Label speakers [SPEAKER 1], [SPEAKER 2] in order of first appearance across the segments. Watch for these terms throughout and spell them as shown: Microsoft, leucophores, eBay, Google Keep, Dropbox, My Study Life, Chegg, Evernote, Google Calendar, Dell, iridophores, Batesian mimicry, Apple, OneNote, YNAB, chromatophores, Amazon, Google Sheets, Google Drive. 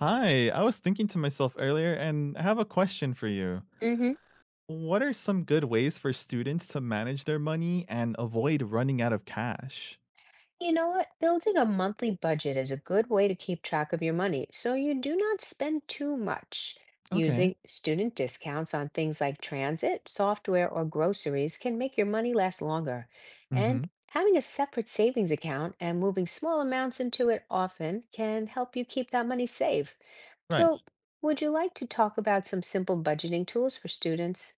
[SPEAKER 1] Hi, I was thinking to myself earlier and I have a question for you.
[SPEAKER 2] Hmm.
[SPEAKER 1] What are some good ways for students to manage their money and avoid running out of cash?
[SPEAKER 2] You know what? Building a monthly budget is a good way to keep track of your money so you do not spend too much.
[SPEAKER 1] Okay.
[SPEAKER 2] Using student discounts on things like transit, software, or groceries can make your money last longer. And
[SPEAKER 1] Mhm.
[SPEAKER 2] having a separate savings account and moving small amounts into it often can help you keep that money safe.
[SPEAKER 1] Right.
[SPEAKER 2] So, would you like to talk about some simple budgeting tools for students?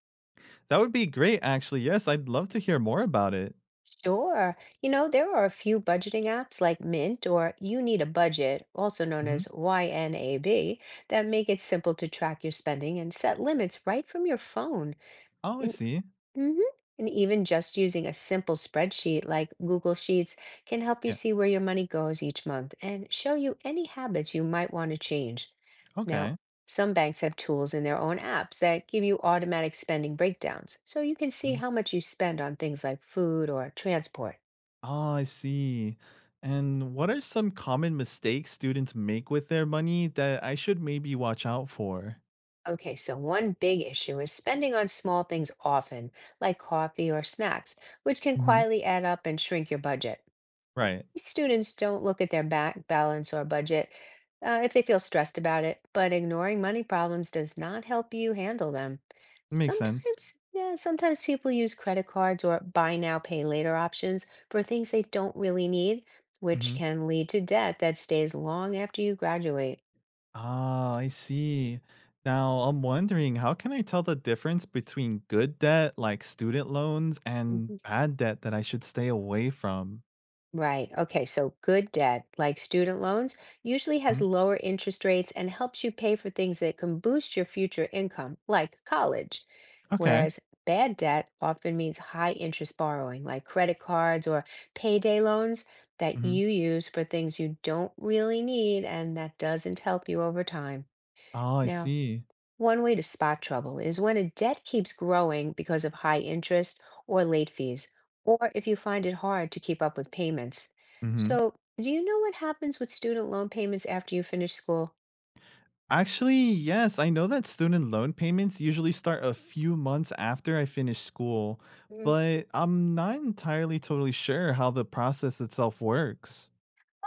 [SPEAKER 1] That would be great actually. Yes, I'd love to hear more about it.
[SPEAKER 2] Sure. You know, there are a few budgeting apps like Mint or You Need a Budget, also known
[SPEAKER 1] Mhm.
[SPEAKER 2] as YNAB, that make it simple to track your spending and set limits right from your phone.
[SPEAKER 1] Oh, I
[SPEAKER 2] And,
[SPEAKER 1] see.
[SPEAKER 2] mhm, and even just using a simple spreadsheet like Google Sheets can help you
[SPEAKER 1] Yeah.
[SPEAKER 2] see where your money goes each month and show you any habits you might want to change. Now,
[SPEAKER 1] Okay.
[SPEAKER 2] some banks have tools in their own apps that give you automatic spending breakdowns, so you can see
[SPEAKER 1] Mhm.
[SPEAKER 2] how much you spend on things like food or transport.
[SPEAKER 1] Oh, I see. And what are some common mistakes students make with their money that I should maybe watch out for?
[SPEAKER 2] Okay, so one big issue is spending on small things often, like coffee or snacks, which can
[SPEAKER 1] Mhm.
[SPEAKER 2] quietly add up and shrink your budget.
[SPEAKER 1] Right.
[SPEAKER 2] Students don't look at their back balance or budget if they feel stressed about it, but ignoring money problems does not help you handle them.
[SPEAKER 1] Makes sense.
[SPEAKER 2] Sometimes, yeah, sometimes people use credit cards or buy now, pay later options for things they don't really need, which
[SPEAKER 1] Mhm.
[SPEAKER 2] can lead to debt that stays long after you graduate.
[SPEAKER 1] Ah, I see. Now, I'm wondering, how can I tell the difference between good debt, like student loans, and
[SPEAKER 2] Mhm.
[SPEAKER 1] bad debt that I should stay away from?
[SPEAKER 2] Right. Okay. So good debt, like student loans, usually has
[SPEAKER 1] Hmm?
[SPEAKER 2] lower interest rates and helps you pay for things that can boost your future income, like college.
[SPEAKER 1] Okay.
[SPEAKER 2] Whereas bad debt often means high interest borrowing, like credit cards or payday loans that
[SPEAKER 1] Hmm.
[SPEAKER 2] you use for things you don't really need and that doesn't help you over time.
[SPEAKER 1] Oh, I
[SPEAKER 2] Now,
[SPEAKER 1] see.
[SPEAKER 2] one way to spot trouble is when a debt keeps growing because of high interest or late fees, or if you find it hard to keep up with payments.
[SPEAKER 1] Hmm.
[SPEAKER 2] So, do you know what happens with student loan payments after you finish school?
[SPEAKER 1] Actually, yes, I know that student loan payments usually start a few months after I finish school, but I'm not entirely totally sure how the process itself works.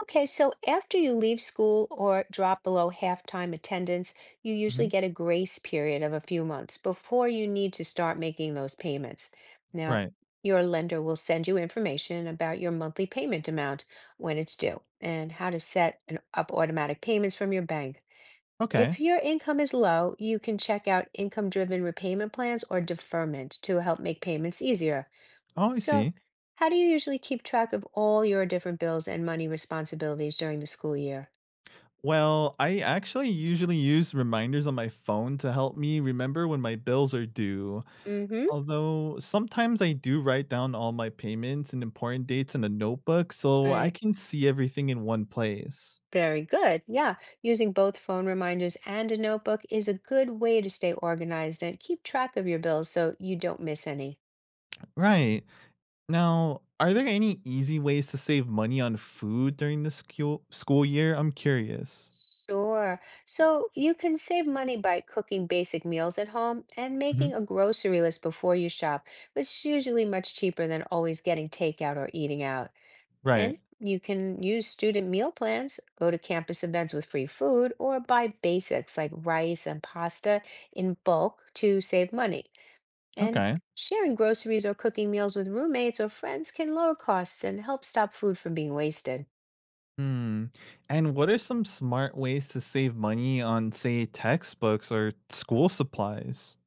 [SPEAKER 2] Okay, so after you leave school or drop below half-time attendance, you usually
[SPEAKER 1] Hmm.
[SPEAKER 2] get a grace period of a few months before you need to start making those payments. Now,
[SPEAKER 1] Right.
[SPEAKER 2] your lender will send you information about your monthly payment amount when it's due and how to set an, up automatic payments from your bank.
[SPEAKER 1] Okay.
[SPEAKER 2] If your income is low, you can check out income-driven repayment plans or deferment to help make payments easier.
[SPEAKER 1] Oh, I
[SPEAKER 2] So,
[SPEAKER 1] see.
[SPEAKER 2] how do you usually keep track of all your different bills and money responsibilities during the school year?
[SPEAKER 1] Well, I actually usually use reminders on my phone to help me remember when my bills are due.
[SPEAKER 2] Mm-hmm.
[SPEAKER 1] Although sometimes I do write down all my payments and important dates in a notebook so I
[SPEAKER 2] Right.
[SPEAKER 1] can see everything in one place.
[SPEAKER 2] Very good. Yeah. Using both phone reminders and a notebook is a good way to stay organized and keep track of your bills so you don't miss any.
[SPEAKER 1] Right. Now, are there any easy ways to save money on food during the school year? I'm curious.
[SPEAKER 2] Sure. So you can save money by cooking basic meals at home and
[SPEAKER 1] Mhm.
[SPEAKER 2] making a grocery list before you shop, which is usually much cheaper than always getting takeout or eating out.
[SPEAKER 1] Right.
[SPEAKER 2] And you can use student meal plans, go to campus events with free food, or buy basics like rice and pasta in bulk to save money. And
[SPEAKER 1] Okay.
[SPEAKER 2] sharing groceries or cooking meals with roommates or friends can lower costs and help stop food from being wasted.
[SPEAKER 1] Hmm. And what are some smart ways to save money on, say, textbooks or school supplies?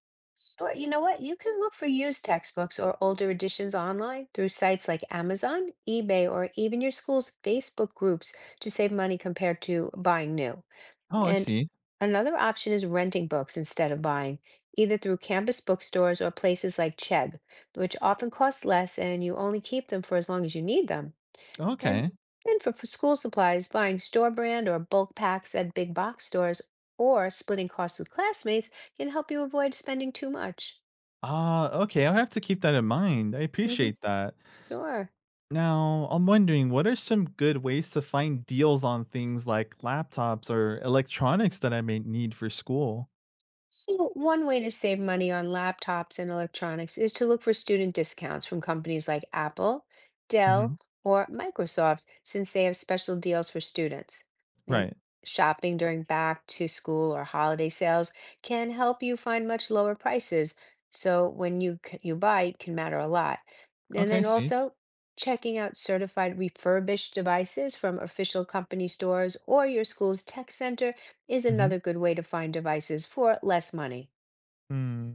[SPEAKER 2] Or you know what? You can look for used textbooks or older editions online through sites like Amazon, eBay, or even your school's Facebook groups to save money compared to buying new.
[SPEAKER 1] Oh, I
[SPEAKER 2] And
[SPEAKER 1] see.
[SPEAKER 2] another option is renting books instead of buying, either through campus bookstores or places like Chegg, which often cost less and you only keep them for as long as you need them. And
[SPEAKER 1] Okay.
[SPEAKER 2] then for school supplies, buying store brand or bulk packs at big box stores or splitting costs with classmates can help you avoid spending too much.
[SPEAKER 1] Okay, I'll have to keep that in mind. I
[SPEAKER 2] Hmm.
[SPEAKER 1] appreciate that.
[SPEAKER 2] Sure.
[SPEAKER 1] Now, I'm wondering what are some good ways to find deals on things like laptops or electronics that I may need for school?
[SPEAKER 2] So one way to save money on laptops and electronics is to look for student discounts from companies like Apple,
[SPEAKER 1] Hmm.
[SPEAKER 2] Dell, or Microsoft, since they have special deals for students. And
[SPEAKER 1] Right.
[SPEAKER 2] shopping during back to school or holiday sales can help you find much lower prices. So when you buy, it can matter a lot. And
[SPEAKER 1] Okay, I
[SPEAKER 2] then
[SPEAKER 1] see.
[SPEAKER 2] also checking out certified refurbished devices from official company stores or your school's tech center is
[SPEAKER 1] Hmm.
[SPEAKER 2] another good way to find devices for less money.
[SPEAKER 1] Hmm.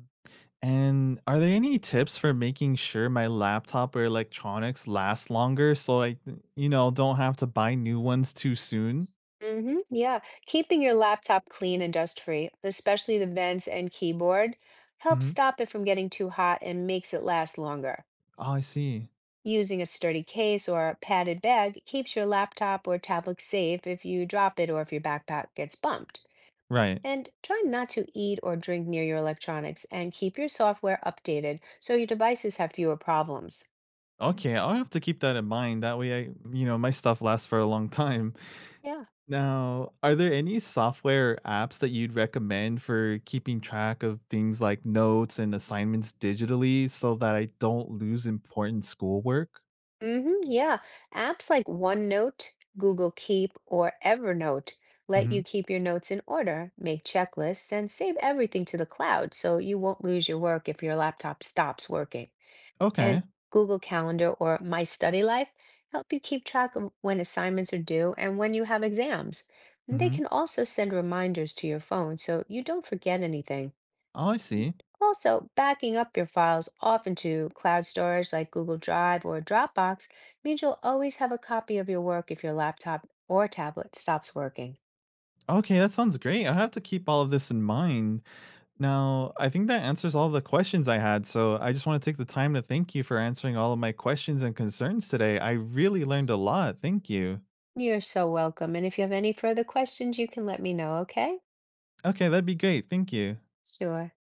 [SPEAKER 1] And are there any tips for making sure my laptop or electronics last longer so I don't have to buy new ones too soon?
[SPEAKER 2] Mm-hmm. Yeah. Keeping your laptop clean and dust-free, especially the vents and keyboard, helps
[SPEAKER 1] Hmm.
[SPEAKER 2] stop it from getting too hot and makes it last longer.
[SPEAKER 1] Oh, I see.
[SPEAKER 2] Using a sturdy case or a padded bag keeps your laptop or tablet safe if you drop it or if your backpack gets bumped.
[SPEAKER 1] Right.
[SPEAKER 2] And try not to eat or drink near your electronics and keep your software updated so your devices have fewer problems.
[SPEAKER 1] Okay, I'll have to keep that in mind. That way, I my stuff lasts for a long time.
[SPEAKER 2] Yeah.
[SPEAKER 1] Now, are there any software or apps that you'd recommend for keeping track of things like notes and assignments digitally so that I don't lose important schoolwork?
[SPEAKER 2] Hmm, yeah. Apps like OneNote, Google Keep, or Evernote let
[SPEAKER 1] Hmm.
[SPEAKER 2] you keep your notes in order, make checklists, and save everything to the cloud so you won't lose your work if your laptop stops working. And
[SPEAKER 1] Okay.
[SPEAKER 2] Google Calendar or My Study Life help you keep track of when assignments are due and when you have exams. And they
[SPEAKER 1] Hmm.
[SPEAKER 2] can also send reminders to your phone so you don't forget anything.
[SPEAKER 1] Oh, I see.
[SPEAKER 2] Also, backing up your files often to cloud storage like Google Drive or Dropbox means you'll always have a copy of your work if your laptop or tablet stops working.
[SPEAKER 1] Okay, that sounds great. I have to keep all of this in mind. Now, I think that answers all the questions I had. So I just want to take the time to thank you for answering all of my questions and concerns today. I really learned a lot. Thank you.
[SPEAKER 2] You're so welcome. And if you have any further questions, you can let me know, okay?
[SPEAKER 1] Okay, that'd be great. Thank you.
[SPEAKER 2] Sure.